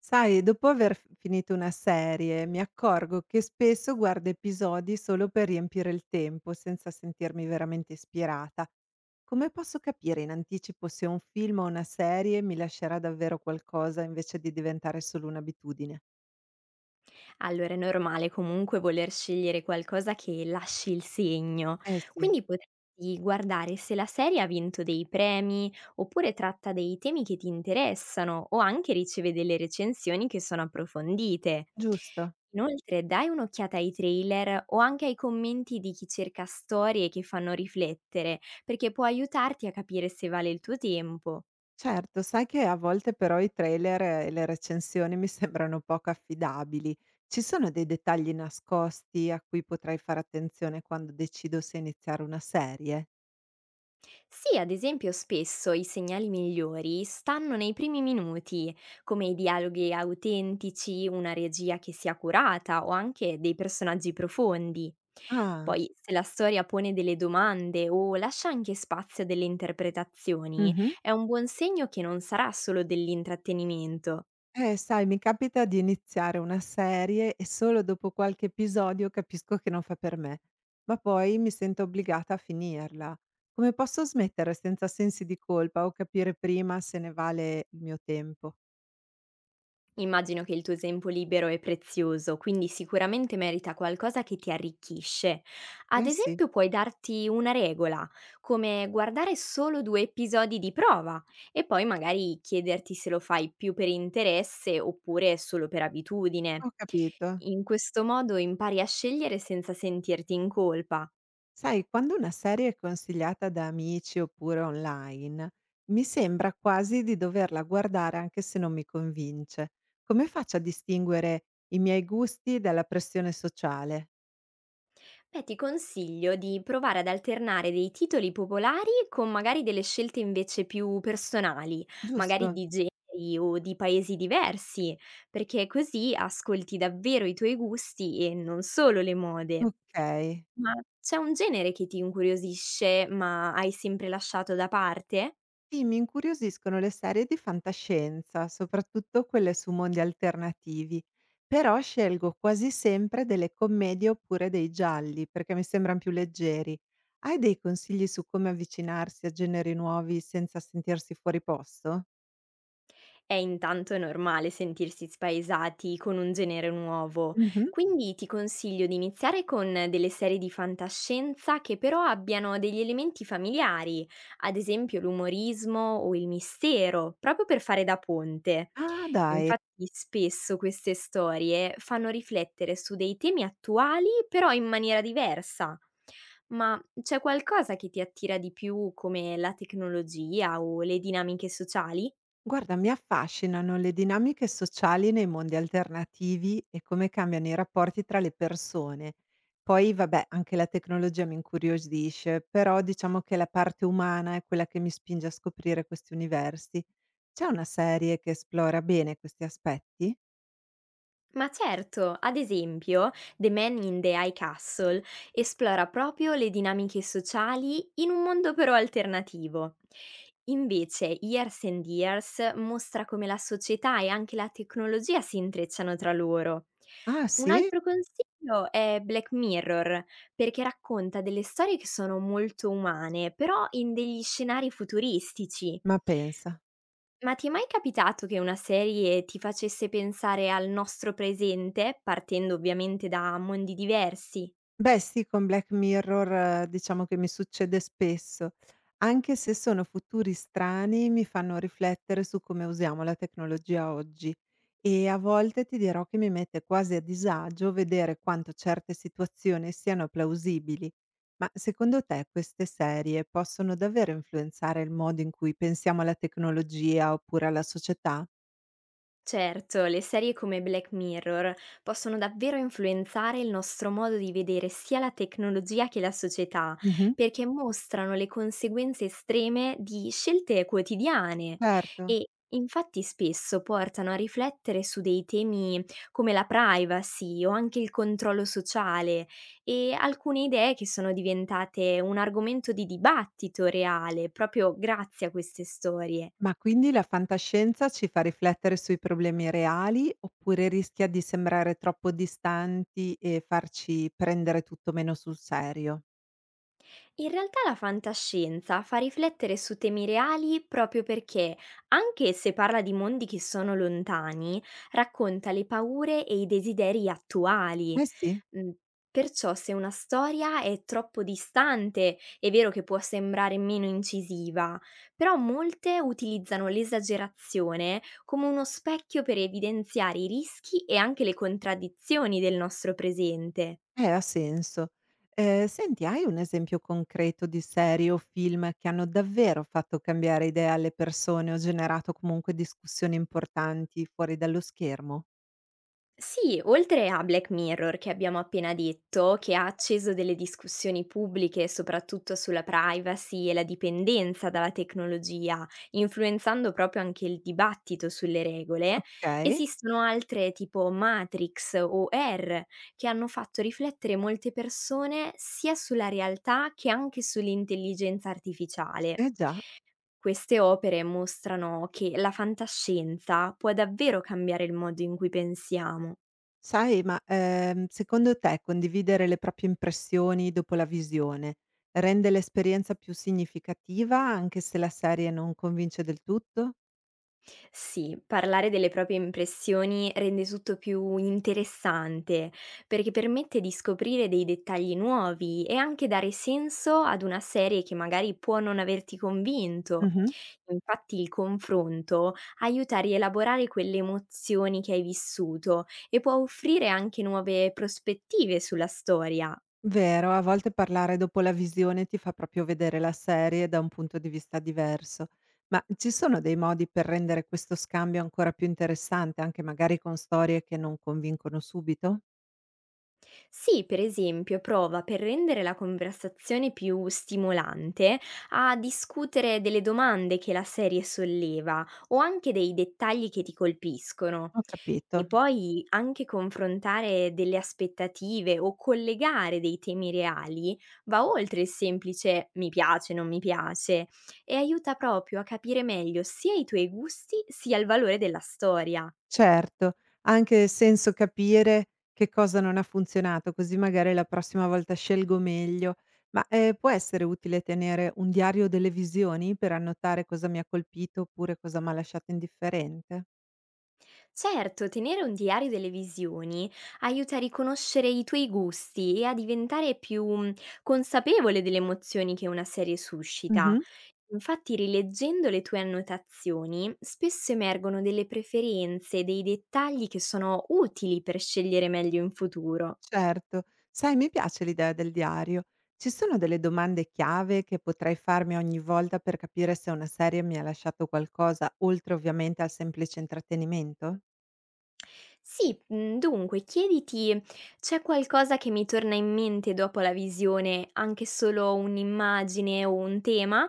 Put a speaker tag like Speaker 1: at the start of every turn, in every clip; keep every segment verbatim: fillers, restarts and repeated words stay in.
Speaker 1: Sai, dopo aver f finito una serie, mi accorgo che spesso guardo episodi solo per riempire il tempo, senza sentirmi veramente ispirata. Come posso capire in anticipo se un film o una serie mi lascerà davvero qualcosa invece di diventare solo un'abitudine?
Speaker 2: Allora, è normale comunque voler scegliere qualcosa che lasci il segno,
Speaker 1: Eh sì,
Speaker 2: quindi potresti guardare se la serie ha vinto dei premi oppure tratta dei temi che ti interessano o anche riceve delle recensioni che sono approfondite.
Speaker 1: giusto.
Speaker 2: Inoltre, dai un'occhiata ai trailer o anche ai commenti di chi cerca storie che fanno riflettere, perché può aiutarti a capire se vale il tuo tempo.
Speaker 1: Certo, sai che a volte però i trailer e le recensioni mi sembrano poco affidabili. Ci sono dei dettagli nascosti a cui potrei fare attenzione quando decido se iniziare una serie?
Speaker 2: Sì, ad esempio spesso i segnali migliori stanno nei primi minuti, come i dialoghi autentici, una regia che sia curata o anche dei personaggi profondi.
Speaker 1: Ah.
Speaker 2: Poi, se la storia pone delle domande o lascia anche spazio a delle interpretazioni,
Speaker 1: Mh-mh.
Speaker 2: è un buon segno che non sarà solo dell'intrattenimento.
Speaker 1: Eh, sai, mi capita di iniziare una serie e solo dopo qualche episodio capisco che non fa per me, ma poi mi sento obbligata a finirla. Come posso smettere senza sensi di colpa o capire prima se ne vale il mio tempo?
Speaker 2: Immagino che il tuo tempo libero è prezioso, quindi sicuramente merita qualcosa che ti arricchisce. Ad
Speaker 1: Eh sì,
Speaker 2: esempio, puoi darti una regola, come guardare solo due episodi di prova e poi magari chiederti se lo fai più per interesse oppure solo per abitudine.
Speaker 1: ho capito.
Speaker 2: In questo modo impari a scegliere senza sentirti in colpa
Speaker 1: Sai, quando una serie è consigliata da amici oppure online, mi sembra quasi di doverla guardare anche se non mi convince. Come faccio a distinguere i miei gusti dalla pressione sociale?
Speaker 2: Beh, ti consiglio di provare ad alternare dei titoli popolari con magari delle scelte invece più personali, magari
Speaker 1: Giusto?
Speaker 2: di generi o di paesi diversi, perché così ascolti davvero i tuoi gusti e non solo le mode.
Speaker 1: Ok.
Speaker 2: Ma c'è un genere che ti incuriosisce, ma hai sempre lasciato da parte?
Speaker 1: Sì, mi incuriosiscono le serie di fantascienza, soprattutto quelle su mondi alternativi, però scelgo quasi sempre delle commedie oppure dei gialli perché mi sembrano più leggeri. Hai dei consigli su come avvicinarsi a generi nuovi senza sentirsi fuori posto?
Speaker 2: Eh, intanto è normale sentirsi spaesati con un genere nuovo,
Speaker 1: Mhm.
Speaker 2: quindi ti consiglio di iniziare con delle serie di fantascienza che però abbiano degli elementi familiari, ad esempio l'umorismo o il mistero, proprio per fare da ponte.
Speaker 1: Ah, dai.
Speaker 2: Infatti spesso queste storie fanno riflettere su dei temi attuali, però in maniera diversa. Ma c'è qualcosa che ti attira di più, come la tecnologia o le dinamiche sociali?
Speaker 1: Guarda, mi affascinano le dinamiche sociali nei mondi alternativi e come cambiano i rapporti tra le persone. Poi, vabbè, anche la tecnologia mi incuriosisce, però diciamo che la parte umana è quella che mi spinge a scoprire questi universi. C'è una serie che esplora bene questi aspetti?
Speaker 2: Ma certo, ad esempio, The Man in the High Castle esplora proprio le dinamiche sociali in un mondo però alternativo. Invece, Years and Years mostra come la società e anche la tecnologia si intrecciano tra loro.
Speaker 1: Ah
Speaker 2: Un
Speaker 1: sì?
Speaker 2: altro consiglio è Black Mirror, perché racconta delle storie che sono molto umane, però in degli scenari futuristici.
Speaker 1: Ma pensa.
Speaker 2: Ma ti è mai capitato che una serie ti facesse pensare al nostro presente, partendo ovviamente da mondi diversi?
Speaker 1: Beh sì, con Black Mirror eh, diciamo che mi succede spesso. Anche se sono futuri strani, mi fanno riflettere su come usiamo la tecnologia oggi e a volte ti dirò che mi mette quasi a disagio vedere quanto certe situazioni siano plausibili. Ma secondo te queste serie possono davvero influenzare il modo in cui pensiamo alla tecnologia oppure alla società?
Speaker 2: Certo, le serie come Black Mirror possono davvero influenzare il nostro modo di vedere sia la tecnologia che la società,
Speaker 1: Mhm.
Speaker 2: perché mostrano le conseguenze estreme di scelte quotidiane
Speaker 1: Certo.
Speaker 2: e infatti spesso portano a riflettere su dei temi come la privacy o anche il controllo sociale, e alcune idee che sono diventate un argomento di dibattito reale proprio grazie a queste storie.
Speaker 1: Ma quindi la fantascienza ci fa riflettere sui problemi reali oppure rischia di sembrare troppo distanti e farci prendere tutto meno sul serio?
Speaker 2: In realtà la fantascienza fa riflettere su temi reali proprio perché, anche se parla di mondi che sono lontani, racconta le paure e i desideri attuali.
Speaker 1: Eh sì,
Speaker 2: Mm, Perciò se una storia è troppo distante, è vero che può sembrare meno incisiva, però molte utilizzano l'esagerazione come uno specchio per evidenziare i rischi e anche le contraddizioni del nostro presente.
Speaker 1: eh, ha senso. Eh, senti, hai un esempio concreto di serie o film che hanno davvero fatto cambiare idea alle persone o generato comunque discussioni importanti fuori dallo schermo?
Speaker 2: Sì, oltre a Black Mirror che abbiamo appena detto, che ha acceso delle discussioni pubbliche soprattutto sulla privacy e la dipendenza dalla tecnologia, influenzando proprio anche il dibattito sulle regole,
Speaker 1: Ok,
Speaker 2: esistono altre tipo Matrix o R che hanno fatto riflettere molte persone sia sulla realtà che anche sull'intelligenza artificiale.
Speaker 1: eh già.
Speaker 2: Queste opere mostrano che la fantascienza può davvero cambiare il modo in cui pensiamo.
Speaker 1: Sai, ma, ehm, secondo te condividere le proprie impressioni dopo la visione rende l'esperienza più significativa anche se la serie non convince del tutto?
Speaker 2: Sì, parlare delle proprie impressioni rende tutto più interessante, perché permette di scoprire dei dettagli nuovi e anche dare senso ad una serie che magari può non averti convinto.
Speaker 1: Mh-mh.
Speaker 2: Infatti il confronto aiuta a rielaborare quelle emozioni che hai vissuto e può offrire anche nuove prospettive sulla storia.
Speaker 1: Vero, a volte parlare dopo la visione ti fa proprio vedere la serie da un punto di vista diverso. Ma ci sono dei modi per rendere questo scambio ancora più interessante, anche magari con storie che non convincono subito?
Speaker 2: Sì, per esempio, prova, per rendere la conversazione più stimolante, a discutere delle domande che la serie solleva o anche dei dettagli che ti colpiscono.
Speaker 1: Ho capito.
Speaker 2: E poi anche confrontare delle aspettative o collegare dei temi reali va oltre il semplice mi piace, non mi piace, e aiuta proprio a capire meglio sia i tuoi gusti sia il valore della storia.
Speaker 1: Certo, anche senso capire che cosa non ha funzionato, così magari la prossima volta scelgo meglio. Ma, ehm, può essere utile tenere un diario delle visioni per annotare cosa mi ha colpito oppure cosa m'ha lasciato indifferente?
Speaker 2: Certo, tenere un diario delle visioni aiuta a riconoscere i tuoi gusti e a diventare più mm, consapevole delle emozioni che una serie suscita.
Speaker 1: Mh-mh.
Speaker 2: Infatti, rileggendo le tue annotazioni, spesso emergono delle preferenze, dei dettagli che sono utili per scegliere meglio in futuro.
Speaker 1: Certo. Sai, mi piace l'idea del diario. Ci sono delle domande chiave che potrei farmi ogni volta per capire se una serie mi ha lasciato qualcosa, oltre ovviamente al semplice intrattenimento?
Speaker 2: Sì, mhmm, dunque chiediti: c'è qualcosa che mi torna in mente dopo la visione, anche solo un'immagine o un tema?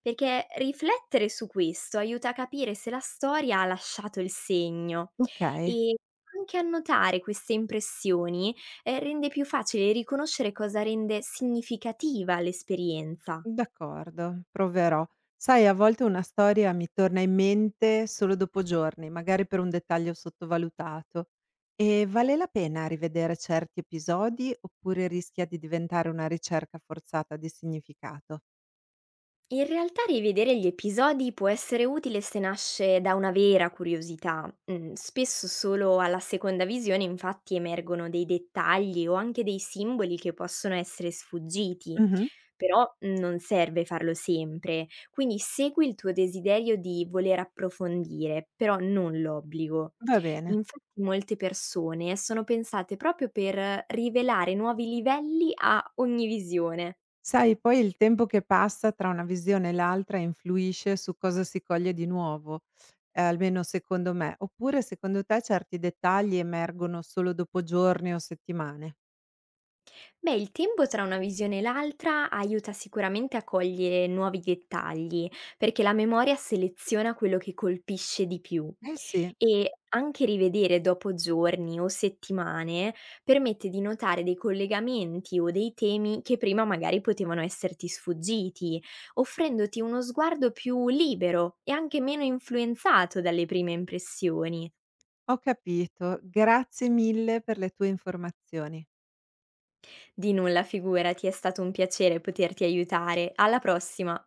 Speaker 2: Perché riflettere su questo aiuta a capire se la storia ha lasciato il segno,
Speaker 1: Okay.
Speaker 2: e anche annotare queste impressioni, ehm, rende più facile riconoscere cosa rende significativa l'esperienza.
Speaker 1: D'accordo, proverò. Sai, a volte una storia mi torna in mente solo dopo giorni, magari per un dettaglio sottovalutato. E vale la pena rivedere certi episodi oppure rischia di diventare una ricerca forzata di significato?
Speaker 2: In realtà rivedere gli episodi può essere utile se nasce da una vera curiosità. Mm, Spesso solo alla seconda visione infatti emergono dei dettagli o anche dei simboli che possono essere sfuggiti,
Speaker 1: Mhm,
Speaker 2: però mm, non serve farlo sempre, quindi segui il tuo desiderio di voler approfondire, però non l'obbligo.
Speaker 1: va bene.
Speaker 2: Infatti molte persone sono pensate proprio per rivelare nuovi livelli a ogni visione.
Speaker 1: Sai, poi il tempo che passa tra una visione e l'altra influisce su cosa si coglie di nuovo, eh, almeno secondo me. Oppure secondo te certi dettagli emergono solo dopo giorni o settimane?
Speaker 2: Beh, il tempo tra una visione e l'altra aiuta sicuramente a cogliere nuovi dettagli, perché la memoria seleziona quello che colpisce di più,
Speaker 1: Eh sì,
Speaker 2: e anche rivedere dopo giorni o settimane permette di notare dei collegamenti o dei temi che prima magari potevano esserti sfuggiti, offrendoti uno sguardo più libero e anche meno influenzato dalle prime impressioni.
Speaker 1: Ho capito. Grazie mille per le tue informazioni.
Speaker 2: Di nulla, figurati, è stato un piacere poterti aiutare. Alla prossima!